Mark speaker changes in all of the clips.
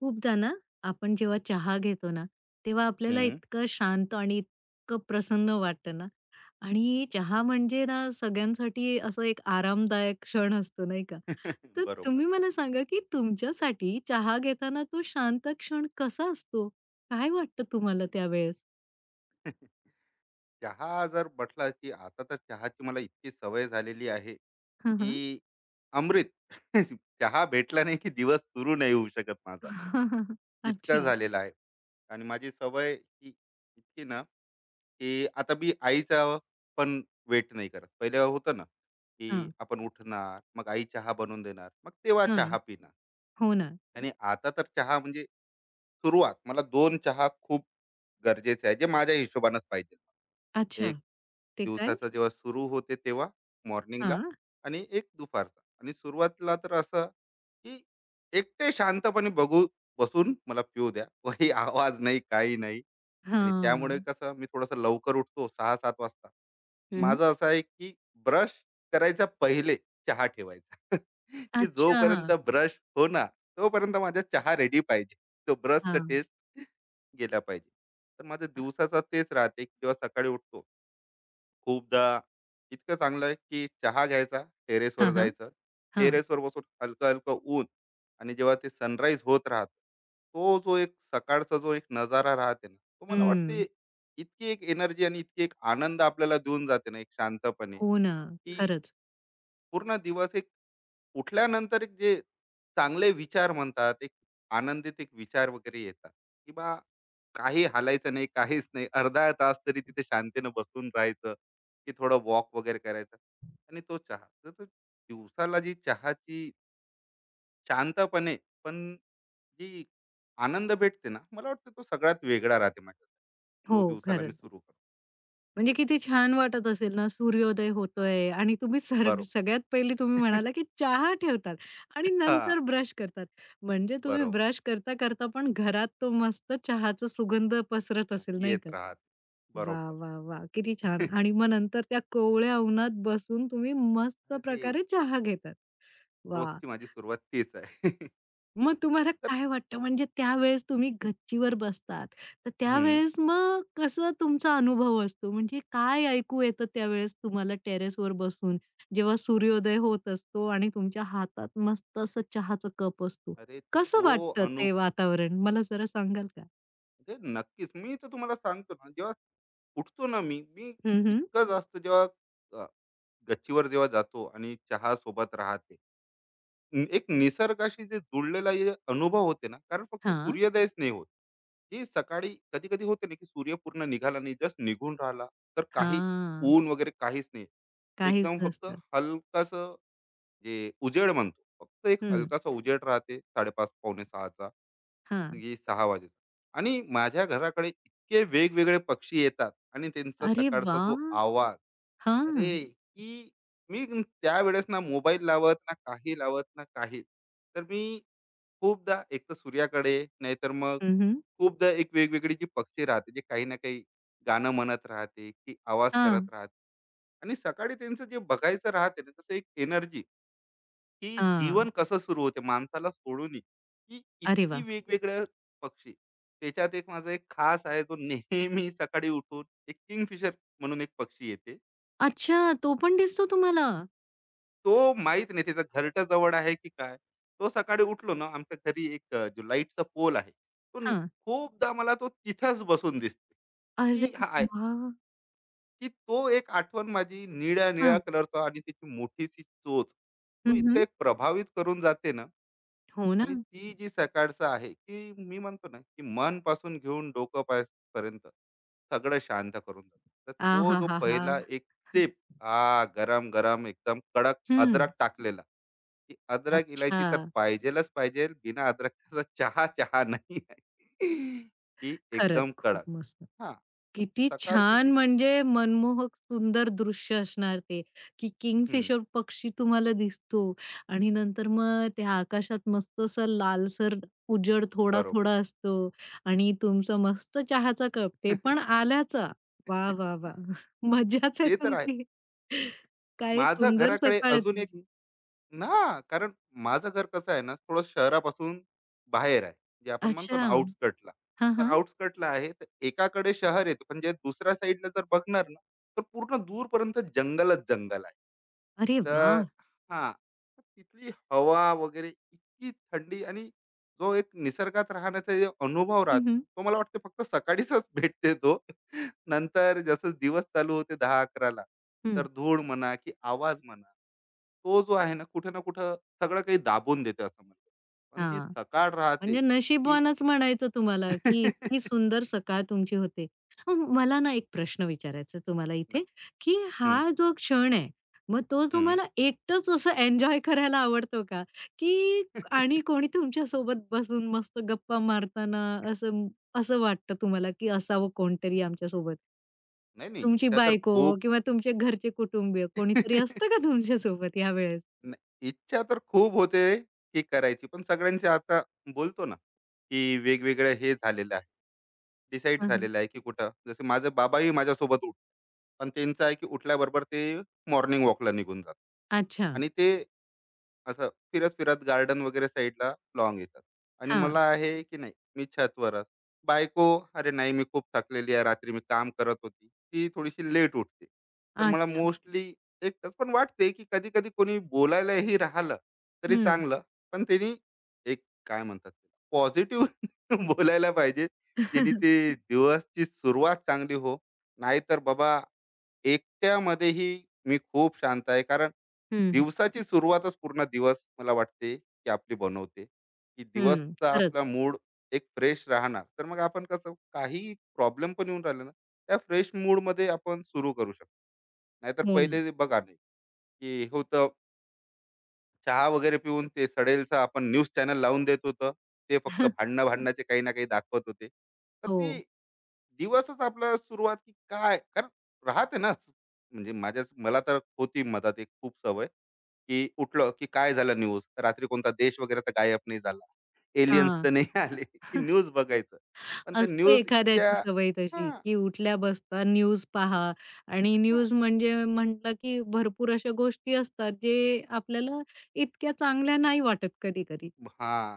Speaker 1: खूपदा ना, आपण जेव्हा चहा घेतो ना, तेव्हा आपल्याला
Speaker 2: हम्म.
Speaker 1: इतकं शांत आणि इतकं प्रसन्न वाटतं ना आणि चहा म्हणजे ना, सगळ्यांसाठी असं एक आरामदायक क्षण असतो, नाही का? तर
Speaker 2: बरोबर.
Speaker 1: तुम्ही मला सांगा, की तुमच्यासाठी चहा घेताना तो शांत क्षण कसा असतो? काय वाटतं तुम्हाला त्यावेळेस?
Speaker 2: चहा जर म्हटलं, की आता तर चहाची मला इतकी सवय झालेली आहे,
Speaker 1: हं, हं.
Speaker 2: की अमृत. चहा भेटला नाही, की दिवस सुरू नाही होऊ शकत माझा. इतका
Speaker 1: अच्छा.
Speaker 2: झालेला आहे. आणि माझी सवय ही इतकी ना, की आता मी आईचा पण वेट नाही करत. पहिले होतं ना, की
Speaker 1: हां,
Speaker 2: आपण उठणार, मग आई चहा बनवून देणार, मग तेव्हा
Speaker 1: हां.
Speaker 2: चहा पिणार.
Speaker 1: हो ना.
Speaker 2: आणि आता तर चहा म्हणजे सुरुवात मला 2 चहा खूप गरजेचं आहे, जे माझ्या हिशोबानेच पाहिजे.
Speaker 1: अच्छा.
Speaker 2: एक
Speaker 1: ते काय?
Speaker 2: दिवसाचा जेव्हा सुरू होते तेव्हा मॉर्निंगला,
Speaker 1: हां.
Speaker 2: आणि एक दुपारचा. आणि सुरुवातीला तर असं, की एकटे शांतपणे बघू, बसून मला पिऊ द्या. काही आवाज नाही, काही नाही. आणि त्यामुळे
Speaker 1: हां.
Speaker 2: कसं मी थोडंसं लवकर उठतो, सहा सात वाजता.
Speaker 1: हं.
Speaker 2: माझं असं आहे, की ब्रश करायचा पहिले, चहा ठेवायचा. की
Speaker 1: अच्छा.
Speaker 2: जोपर्यंत
Speaker 1: हां.
Speaker 2: ब्रश होणार, तोपर्यंत माझा चहा रेडी पाहिजे. तो ब्रशचा टेस्ट गेला पाहिजे. तर माझं
Speaker 1: हां.
Speaker 2: दिवसाचा तेच राहते, की जेव्हा सकाळी उठतो, खूपदा इतकं चांगलं आहे, की चहा घ्यायचा, टेरेसवर
Speaker 1: हां, हां.
Speaker 2: जायचं.
Speaker 1: हां.
Speaker 2: टेरेसवर बसून हलकं हलकं ऊन, आणि जेव्हा ते सनराईज होत राहत, तो जो एक सकाळचा जो एक नजारा राहते ना, तो मला वाटते
Speaker 1: हं.
Speaker 2: इतकी एक एनर्जी आणि इतकी एक आनंद आपल्याला देऊन जाते ना, एक शांतपणे.
Speaker 1: हो ना,
Speaker 2: की
Speaker 1: खरंच.
Speaker 2: पूर्ण दिवस एक उठल्यानंतर एक जे चांगले विचार म्हणतात, एक आनंदित एक विचार वगैरे येतात, की बा काही हालायचं नाही, काहीच नाही. अर्धा तास तरी तिथे शांतीनं बसून राहायचं, की थोडं वॉक वगैरे करायचा, आणि तो चहा. तर तो दिवसाला जी चहाची शांतपणे पण जी आनंद भेटते ना, मला वाटतं तो सगळ्यात वेगळा राहते माझ्यासाठी.
Speaker 1: हो,
Speaker 2: तो दिवसाला मी
Speaker 1: खरंच.
Speaker 2: सुरू करतो.
Speaker 1: म्हणजे किती छान वाटत असेल ना, सूर्योदय होतोय आणि तुम्ही सर
Speaker 2: बरोबर.
Speaker 1: सगळ्यात पहिले तुम्ही म्हणाला, की चहा ठेवतात आणि
Speaker 2: हां,
Speaker 1: नंतर ब्रश करतात. म्हणजे तुम्ही
Speaker 2: बरोबर.
Speaker 1: ब्रश करता-करता पण घरात तो मस्त चहाचा सुगंध पसरत असेल, नाही
Speaker 2: येत
Speaker 1: का?
Speaker 2: राहत.
Speaker 1: वाह,
Speaker 2: बरोबर.
Speaker 1: वाह, वाह! किती छान. आणि मग नंतर त्या कोवळ्या उन्हात बसून तुम्ही मस्त
Speaker 2: अरे,
Speaker 1: प्रकारे चहा घेतात. वाह!
Speaker 2: रोजची माझी सुरुवात तीच आहे.
Speaker 1: मग तुम्हाला
Speaker 2: तर
Speaker 1: काय वाटतं म्हणजे त्यावेळेस तुम्ही गच्चीवर बसतात, तर
Speaker 2: हं.
Speaker 1: त्यावेळेस मग कसं तुमचा अनुभव असतो? म्हणजे काय ऐकू येतं त्यावेळेस तुम्हाला टेरेसवर बसून, जेव्हा सूर्योदय होत असतो आणि तुमच्या हातात मस्त असं चहाचा कप असतो.
Speaker 2: अरे,
Speaker 1: कसं
Speaker 2: तो
Speaker 1: वाटतं ते वातावरण? मला जरा सांगाल का?
Speaker 2: म्हणजे नक्कीच मी तर तुम्हाला सांगतो ना, जेव्हा उठतो ना, मी मी
Speaker 1: हं, हं.
Speaker 2: इतकं जास्त जेव्हा अ, गच्चीवर जेव्हा जातो आणि चहा सोबत राहते, एक निसर्गाशी जे जुळलेला हे अनुभव होते ना, कारण फक्त
Speaker 1: हां,
Speaker 2: सूर्योदयच नाही होत. जी सकाळी कधी कधी होते ना, की सूर्य पूर्ण निघाला नाही, जस्ट निघून राहिला. तर काही
Speaker 1: हां.
Speaker 2: ऊन वगैरे काहीच नाही,
Speaker 1: काहीच
Speaker 2: एकदम फक्त
Speaker 1: नसतं.
Speaker 2: हलकास, जे उजेड म्हणतो, फक्त एक
Speaker 1: हं.
Speaker 2: हलकासा उजेड राहते, साडेपाच पावणे सहाचा,
Speaker 1: हां.
Speaker 2: की सहा वाजेचा. आणि माझ्या घराकडे इतके वेगवेगळे पक्षी येतात, आणि त्यांचा
Speaker 1: अरे
Speaker 2: सकाळचा जो
Speaker 1: वाह!
Speaker 2: आवाज, अरे,
Speaker 1: हां.
Speaker 2: की मी त्यावेळेस ना मोबाईल लावत ना, काही लावत ना काही. तर मी खूपदा एक तर सूर्याकडे, नाहीतर मग
Speaker 1: हं, हं.
Speaker 2: खूपदा एक वेगवेगळी जी पक्षी राहते, जे काही ना काही गाणं म्हणत राहते, की आवाज
Speaker 1: हां,
Speaker 2: करत राहते. आणि सकाळी त्यांचं जे बघायचं राहते ना, तसं एक एनर्जी, की जीवन कसं सुरू होते माणसाला सोडूनही, की
Speaker 1: अरे
Speaker 2: इतकी
Speaker 1: वाह!
Speaker 2: वेगवेगळ्या पक्षी. त्याच्यात एक माझा एक खास आहे, जो नेहमी सकाळी उठून, एक किंगफिशर म्हणून एक पक्षी येते.
Speaker 1: अच्छा, तो पण दिसतो तुम्हाला?
Speaker 2: तो माहित नाही त्याचा घरटा जवळ आहे की काय. तो सकाळी उठलो ना, आमच्या घरी एक जो लाईटचा पोल आहे,
Speaker 1: हां.
Speaker 2: खूपदा मला तो तिथंच बसून दिसते,
Speaker 1: अरे
Speaker 2: की हा आहे.
Speaker 1: वाह!
Speaker 2: की तो एक आठवण माझी, निळ्या निळ्या
Speaker 1: हां.
Speaker 2: कलरचा आणि त्याची मोठीशी चोच.
Speaker 1: हं,
Speaker 2: तो इतका
Speaker 1: हं.
Speaker 2: एक प्रभावित करून जाते ना.
Speaker 1: हो ना.
Speaker 2: आणि ती जी सकाळचं आहे, की मी म्हणतो ना, की मन पासून घेऊन डोकं पाय पर्यंत सगळं शांत करून जातो. तर तो जो
Speaker 1: आहाहाहा!
Speaker 2: पहिला एक सिप, हा गरम गरम एकदम कडक,
Speaker 1: हं.
Speaker 2: अद्रक टाकलेला, की अद्रक
Speaker 1: अच्छा.
Speaker 2: इलायची तर पाहिजेलच पाहिजे. बिना अद्रकचा चहा चहा नाही आहे. की
Speaker 1: खरंच
Speaker 2: एकदम
Speaker 1: खूप
Speaker 2: कडक.
Speaker 1: मस्त.
Speaker 2: हा. तर
Speaker 1: किती
Speaker 2: सकाळची
Speaker 1: छान
Speaker 2: जी
Speaker 1: म्हणजे मनमोहक सुंदर दृश्य असणार ते, की
Speaker 2: हम्म,
Speaker 1: किंगफिशर पक्षी तुम्हाला दिसतो आणि नंतर मग त्या आकाशात मस्त असा लालसर उजेड
Speaker 2: बरोबर.
Speaker 1: थोडा-थोडा असतो आणि तुमचा मस्त चहाचा कप ते पण आल्याचा. वाह, वाह, वाह! मजाच आहे
Speaker 2: ते तर आहे.
Speaker 1: तुमची. काय
Speaker 2: माझं
Speaker 1: सुंदर
Speaker 2: घराकडे
Speaker 1: सकाळ आहे
Speaker 2: अजून एक
Speaker 1: तुमची.
Speaker 2: ना, कारण माझं घर कसं आहे ना, थोडं शहरापासून बाहेर आहे. जे आपण म्हणतो
Speaker 1: अच्छा.
Speaker 2: ना, आउटस्कटला.
Speaker 1: हां,
Speaker 2: तर
Speaker 1: हां.
Speaker 2: आउटस्कटला आहे, तर एकाकडे शहर येतं, पण जे दुसऱ्या साईडला जर बघणार ना, तर पूर्ण दूरपर्यंत जंगलच जंगल आहे.
Speaker 1: अरे
Speaker 2: तर
Speaker 1: वाह!
Speaker 2: हां. तिथली हवा वगैरे इतकी थंडी, आणि जो एक निसर्गात राहण्याचा जो अनुभव
Speaker 1: हं,
Speaker 2: राहतो ना,
Speaker 1: हं.
Speaker 2: तो मला वाटते फक्त सकाळीचच भेटते तो. नंतर जसं दिवस चालू होते 10-11,
Speaker 1: हं.
Speaker 2: तर धूळ म्हणा की आवाज म्हणा, तो जो आहे ना, कुठे ना कुठं सगळं काही दाबून देते, असं म्हणतो. पण जी
Speaker 1: हां.
Speaker 2: सकाळ राहते
Speaker 1: म्हणजे
Speaker 2: की,
Speaker 1: नशीबवानच म्हणायचं तुम्हाला, की इतकी सुंदर सकाळ तुमची होते. मग मला ना एक प्रश्न विचारायचा आहे तुम्हाला इथे,
Speaker 2: नक्की.
Speaker 1: की
Speaker 2: हं,
Speaker 1: हा जो क्षण आहे, मग तो
Speaker 2: हं.
Speaker 1: तुम्हाला एकटंच असं एन्जॉय करायला आवडतो का? की आणि कोणी तुमच्यासोबत बसून मस्त गप्पा मारताना असं असं वाटतं तुम्हाला, की असावं कोणतरी आमच्यासोबत?
Speaker 2: नाही, नाही.
Speaker 1: तुमची
Speaker 2: इच्छा तर
Speaker 1: बायको
Speaker 2: खूप.
Speaker 1: किंवा तुमचे घरचे कुटुंबीय कोणीतरी असतं का तुमच्यासोबत यावेळेस?
Speaker 2: नाही, इच्छा तर खूप होते, की करायची, पण सगळ्यांचे आता बोलतो ना, की वेगवेगळं हे झालेलं आहे, डिसाईड झालेलं आहे, की कुठं, जसे माझे बाबाही माझ्यासोबत उठतात. पण त्यांचं आहे, की उठल्याबरोबर ते मॉर्निंग वॉकला निघून जातात,
Speaker 1: अच्छा.
Speaker 2: आणि ते असं फिरत फिरत गार्डन वगैरे साईडला लॉंग येतात. आणि
Speaker 1: हां.
Speaker 2: मला आहे, की नाही, मी छतवरच. बायको, अरे नाही, मी खूप थकलेली आहे, रात्री मी काम करत होती, ती थोडीशी लेट उठते. तर मला
Speaker 1: अच्छा.
Speaker 2: मोस्टली एकटंच पण वाटते, की कधी कधी कोणी बोलायलाही राहिलं तरी
Speaker 1: हं.
Speaker 2: चांगलं. पण त्यांनी एक काय म्हणतात, पॉझिटिव्ह बोलायला पाहिजे, जेणे ते दिवसची सुरुवात चांगली हो. नाहीतर बाबा एकट्यामध्येही मी खूप शांत आहे, कारण
Speaker 1: हं,
Speaker 2: दिवसाची सुरुवातच पूर्ण दिवस मला वाटते, की आपली बनवते, की
Speaker 1: हं.
Speaker 2: दिवसचा
Speaker 1: खरंच.
Speaker 2: आपला मूड एक फ्रेश राहणार, तर मग आपण कसं, काही प्रॉब्लेम पण येऊन राहिले ना, त्या फ्रेश मूड मध्ये आपण सुरू करू शकतो. नाहीतर
Speaker 1: हो ना.
Speaker 2: पहिले जे बघा नाही, की होतं, चहा वगैरे पिऊन ते सडेलचं आपण न्यूज चॅनल लावून देत होतं. ते फक्त भांडणं, भांडणाचे काही ना काही दाखवत होते, तर
Speaker 1: हो.
Speaker 2: ती दिवसच आपला सुरुवात की काय, कारण राहते ना. म्हणजे माझ्या मला तर होती मधात एक खूप सवय, की उठलं, की काय झालं न्यूज, रात्री कोणता देश वगैरे तर गायब नाही झाला, एलियन्स
Speaker 1: हां.
Speaker 2: तर नाही आले, की न्यूज बघायचं. पण त्या
Speaker 1: असते
Speaker 2: न्यूज इतक्या
Speaker 1: एखाद्याची सवय
Speaker 2: हा,
Speaker 1: तशी, की उठल्या बसता न्यूज पहा आणि
Speaker 2: हा,
Speaker 1: न्यूज म्हणजे म्हटलं, की भरपूर अशा गोष्टी असतात, जे आपल्याला इतक्या चांगल्या नाही वाटत कधी-कधी.
Speaker 2: हा,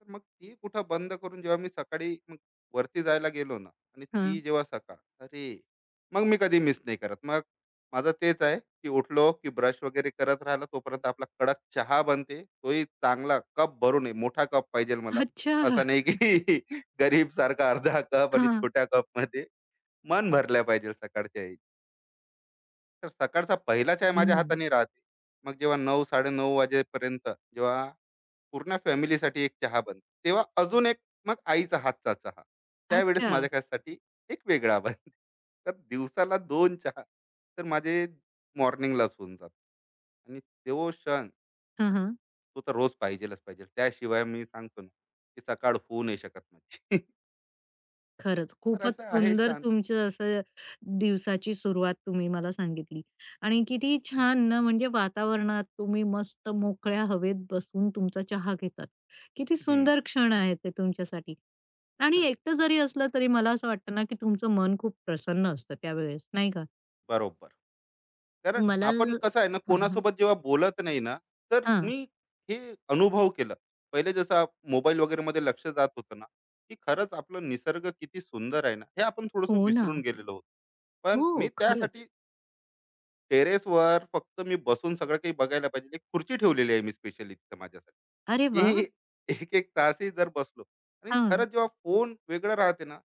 Speaker 2: तर मग ती कुठं बंद करून, जेव्हा मी सकाळी मग वरती जायला गेलो ना, आणि ती
Speaker 1: हां.
Speaker 2: जेव्हा सकाळ, अरे, मग मी कधी मिस नाही करत मग. माझं तेच आहे, की उठलो, की ब्रश वगैरे करत राहिला, तोपर्यंत आपला कडक चहा बनते, तोही चांगला कप भरून आहे, मोठा कप पाहिजे मला,
Speaker 1: अच्छा.
Speaker 2: असा नाही की गरीब सारखा अर्धा कप, आणि
Speaker 1: हां.
Speaker 2: छोट्या कप मध्ये मन भरल्या पाहिजे सकाळच्या. तर सकाळचा पहिला चाय माझ्या
Speaker 1: हं.
Speaker 2: हाताने राहते. मग जेव्हा 9, 9:30 वाजेपर्यंत जेव्हा पूर्ण फॅमिलीसाठी एक चहा बनते, तेव्हा अजून एक, मग आईचा हातचा चहा. त्यावेळेस
Speaker 1: अच्छा.
Speaker 2: माझ्यासाठी एक वेगळा बनते. तर दिवसाला 2 चहा तर माझे मॉर्निंगलाच होऊन जातात. आणि तो क्षण
Speaker 1: हां,
Speaker 2: तो तर रोज पाहिजेलाच पाहिजे. त्याशिवाय मी सांगतो ना, की सकाळ होऊ नाही शकत माझी.
Speaker 1: खरंच.
Speaker 2: तर
Speaker 1: खूपच
Speaker 2: असं आहे
Speaker 1: सुंदर
Speaker 2: शांत.
Speaker 1: तुमचं असं दिवसाची सुरुवात तुम्ही मला सांगितली आणि किती छान ना, म्हणजे वातावरणात तुम्ही मस्त मोकळ्या हवेत बसून तुमचा चहा घेतात. किती
Speaker 2: हं.
Speaker 1: सुंदर क्षण आहेत ते तुमच्यासाठी. आणि एकटं जरी असलं तरी मला असं वाटतं ना, की तुमचं मन खूप प्रसन्न असतं त्यावेळेस, नाही का?
Speaker 2: बरोबर. कारण
Speaker 1: मला
Speaker 2: आपण कसं आहे ना,
Speaker 1: हां, हां.
Speaker 2: कोणासोबत जेव्हा बोलत नाही ना, तर
Speaker 1: हां.
Speaker 2: मी हे अनुभव केलं. पहिले जसं आप मोबाईल वगैरेमध्ये लक्ष जात होतं ना, की खरंच आपलं निसर्ग किती सुंदर आहे ना, हे आपण थोडंसं
Speaker 1: हो ना.
Speaker 2: विसरून गेलेलो आहोत. पण
Speaker 1: हो,
Speaker 2: मी
Speaker 1: खरंच.
Speaker 2: त्यासाठी टेरेसवर फक्त मी बसून सगळं काही बघायला पाहिजे. एक खुर्ची ठेवलेली आहे मी स्पेशली तिथं
Speaker 1: अरे
Speaker 2: माझ्यासाठी,
Speaker 1: वाह!
Speaker 2: की एक-एक तासही जर बसलो, आणि
Speaker 1: हां.
Speaker 2: खरंच जेव्हा फोन वेगळं राहते ना,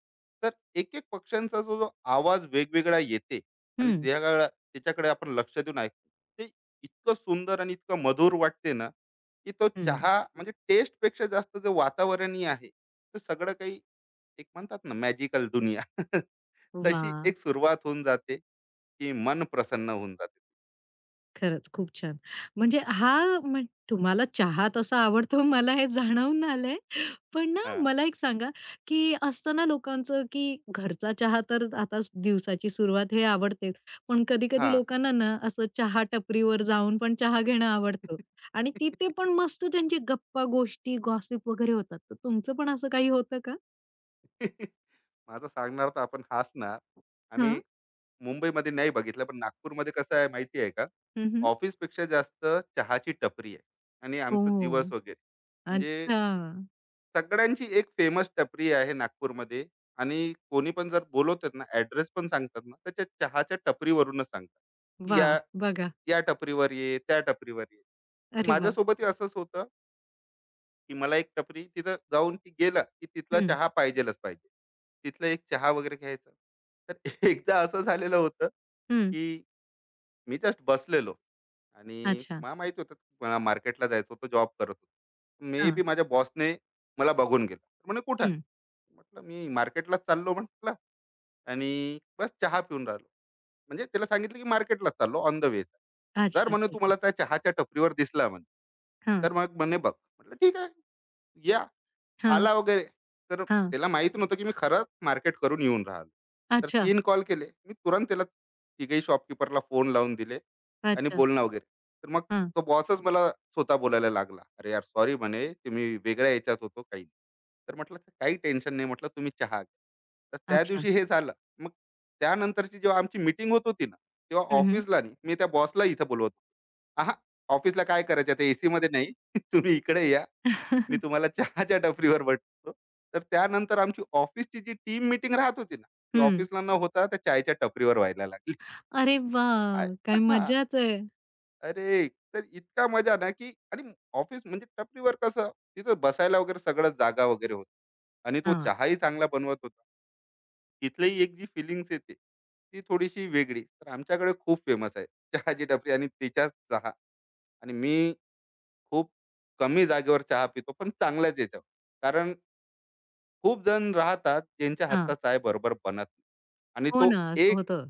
Speaker 2: तर एक-एक पक्ष्यांचा जो जो आवाज वेगवेगळा येते, आणि
Speaker 1: हं,
Speaker 2: त्याच्याकडे आपण लक्ष देऊन ऐकतो, ते इतकं सुंदर आणि इतकं मधुर वाटते ना, की तो
Speaker 1: हं.
Speaker 2: चहा म्हणजे टेस्टपेक्षा जास्त जे वातावरणीय आहे, ते सगळं काही एक म्हणतात ना, मॅजिकल दुनिया. तशी
Speaker 1: वाह!
Speaker 2: एक सुरुवात होऊन जाते, की मन प्रसन्न होऊन जातं.
Speaker 1: खरंच, खूप छान. म्हणजे हा म्हण तुम्हाला चहा तसा आवडतो मला हे जाणवून आलंय. पण ना
Speaker 2: हां,
Speaker 1: मला एक सांगा, की असतं ना लोकांचं, की घरचा चहा तर आता स- दिवसाची सुरुवात हे आवडतेच. पण कधी-कधी
Speaker 2: हां.
Speaker 1: लोकांना ना असं चहा टपरीवर जाऊन पण चहा घेणं आवडतं आणि तिथे पण मस्त त्यांची गप्पा, गोष्टी, गॉसिप वगैरे होतात. तर तुमचं पण असं काही होतं का?
Speaker 2: माझं सांगणार तर आपण हसणार.
Speaker 1: हां.
Speaker 2: आम्ही मुंबईमध्ये नाही बघितलं, पण नागपूरमध्ये कसं आहे माहिती आहे का?
Speaker 1: हं,
Speaker 2: ऑफिसपेक्षा जास्त चहाची टपरी आहे, आणि
Speaker 1: हो.
Speaker 2: आमचा दिवस वगैरे, म्हणजे
Speaker 1: अच्छा.
Speaker 2: सगळ्यांची एक फेमस टपरी आहे नागपूरमध्ये. आणि कोणी पण जर बोलवतात ना, ॲड्रेस पण सांगतात ना, तर त्या चहाच्या टपरीवरूनच सांगतात, की
Speaker 1: वाह!
Speaker 2: या,
Speaker 1: बघा.
Speaker 2: या टपरीवर ये, त्या टपरीवर ये. तर
Speaker 1: अरे वाह!
Speaker 2: माझ्यासोबतही असंच होतं, की मला एक टपरी, तिथं जाऊन ती गेलं, की तिथला
Speaker 1: हं,
Speaker 2: चहा पाहिजेलच पाहिजे. तिथला एक चहा वगैरे घ्यायचा. तर एकदा असं झालेलं होतं,
Speaker 1: हं.
Speaker 2: की मी जस्ट बसलेलो, आणि
Speaker 1: अच्छा.
Speaker 2: मला माहीत होतं, की मला मार्केटला जायचं होतं, जॉब करत होतो. मे
Speaker 1: हां.
Speaker 2: बी माझ्या बॉसने मला बघून गेला. म्हणे, "कुठं आहे?" म्हटलं, "मी मार्केटलाच चाललो," म्हटलं, आणि बस चहा पिऊन राहिलो. म्हणजे त्याला सांगितलं, की मार्केटलाच चाललो, ऑन द वे. "जर,"
Speaker 1: अच्छा,
Speaker 2: म्हणे, "तू
Speaker 1: ठीक आहे.
Speaker 2: मला त्या चहाच्या टपरीवर दिसला," म्हणे,
Speaker 1: हां,
Speaker 2: "तर मग," म्हणे, "बघ." म्हटलं, "ठीक आहे, या."
Speaker 1: हां,
Speaker 2: आला वगैरे. तर
Speaker 1: हां.
Speaker 2: त्याला माहीत नव्हतं, की मी खरंच मार्केट करून येऊन राहिलो. तर
Speaker 1: अच्छा,
Speaker 2: तीन कॉल केले मी तुरंत त्याला. तिघही शॉपकीपरला फोन लावून दिले, आणि
Speaker 1: अच्छा.
Speaker 2: बोलणं वगैरे. तर मग
Speaker 1: हां,
Speaker 2: तो बॉसच मला स्वतः बोलायला लागला. "अरे यार, सॉरी," म्हणे, "ते मी वेगळ्या ह्याच्यात होतो," काही. तर म्हटलं, "तर काही टेन्शन नाही," म्हटलं, "तुम्ही चहा घ्या." तर त्या
Speaker 1: अच्छा.
Speaker 2: दिवशी हे झालं. मग त्यानंतरची जेव्हा आमची मीटिंग होत होती ना, तेव्हा
Speaker 1: हं, हं.
Speaker 2: ऑफिसला नाही, मी त्या बॉसला इथं बोलवत होतो. "आहा, ऑफिसला काय करायचं? आता एसीमध्ये नाही. तुम्ही इकडे या. मी
Speaker 1: हं.
Speaker 2: तुम्हाला चहाच्या टपरीवर भेटतो." तर त्यानंतर आमची ऑफिसची जी टीम मीटिंग राहत होती ना, ती ऑफिसला न होता त्या चायच्या टपरीवर व्हायला लागली.
Speaker 1: अरे
Speaker 2: आय,
Speaker 1: वाह! काय
Speaker 2: हां,
Speaker 1: मजाच आहे.
Speaker 2: अरे! तर इतका मजा ना, की, आणि ऑफिस म्हणजे टपरीवर कसं, तिथं बसायला वगैरे सगळं जागा वगैरे होती. आणि तो
Speaker 1: हां,
Speaker 2: चहाही चांगला बनवत होता. तिथलीही एक जी फीलिंग्स येते, ती थोडीशी वेगळी. तर आमच्याकडे खूप फेमस आहे चहाची टपरी, आणि तिच्याच चहा. आणि मी खूप कमी जागेवर चहा पितो, पण चांगल्याच याच्यावर. कारण खूप जण राहतात, ज्यांच्या हातचा
Speaker 1: हां.
Speaker 2: चाय बरोबर बनत नाही. आणि
Speaker 1: हो
Speaker 2: तो
Speaker 1: ना, असं
Speaker 2: एक
Speaker 1: होतं.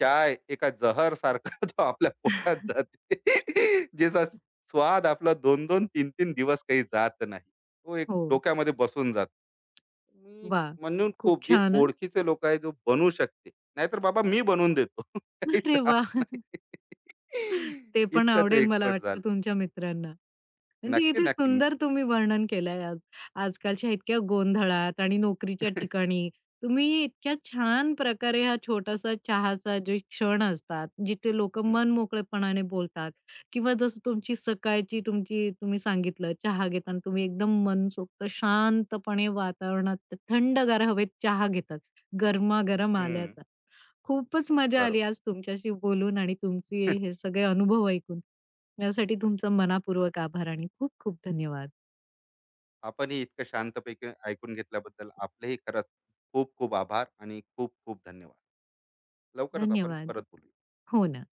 Speaker 2: चाय एका जहर सारखा तो आपल्या पोटात जाते, ज्याचा स्वाद आपला दोन दोन तीन तीन दिवस काही जात नाही, तो एक
Speaker 1: हो.
Speaker 2: डोक्यामध्ये बसून जात. मी
Speaker 1: वाह!
Speaker 2: म्हणून
Speaker 1: खूप
Speaker 2: खूप, जे
Speaker 1: छान हं.
Speaker 2: ओळखीचे लोक आहे, जो बनवू शकते. नाहीतर बाबा, मी बनवून देतो. काही
Speaker 1: अरे
Speaker 2: त्रास
Speaker 1: वाह!
Speaker 2: नाही.
Speaker 1: ते पण
Speaker 2: इतकं ते
Speaker 1: आवडेल मला
Speaker 2: एक्सपर्ट झालं.
Speaker 1: वाटतं तुमच्या मित्रांना. म्हणजे
Speaker 2: नक्की,
Speaker 1: किती
Speaker 2: नक्की.
Speaker 1: सुंदर तुम्ही वर्णन केलंय आज. आजकालच्या इतक्या गोंधळात आणि नोकरीच्या ठिकाणी तुम्ही इतक्या छान प्रकारे हा छोटासा चहाचा जे क्षण असतात, जिथे लोकं
Speaker 2: हम्म,
Speaker 1: मनमोकळेपणाने बोलतात किंवा जसं तुमची सकाळची तुमची तुम्ही सांगितलं चहा घेताना तुम्ही एकदम मनसोक्त शांतपणे वातावरणात थंडगार हवेत चहा घेतात, गरमागरम
Speaker 2: हम्म,
Speaker 1: आल्याचा. खूपच मजा आली
Speaker 2: बरोबर.
Speaker 1: आज तुमच्याशी बोलून आणि तुमचे हे सगळे अनुभव ऐकून. यासाठी तुमचा मनापूर्वक आभार आणि खूप खूप धन्यवाद.
Speaker 2: आपणही इतकं शांतपैकी ऐकून घेतल्याबद्दल आपलेही खरंच खूप खूप आभार आणि खूप खूप धन्यवाद. लवकरच आपण
Speaker 1: धन्यवाद.
Speaker 2: परत बोलूया.
Speaker 1: हो ना.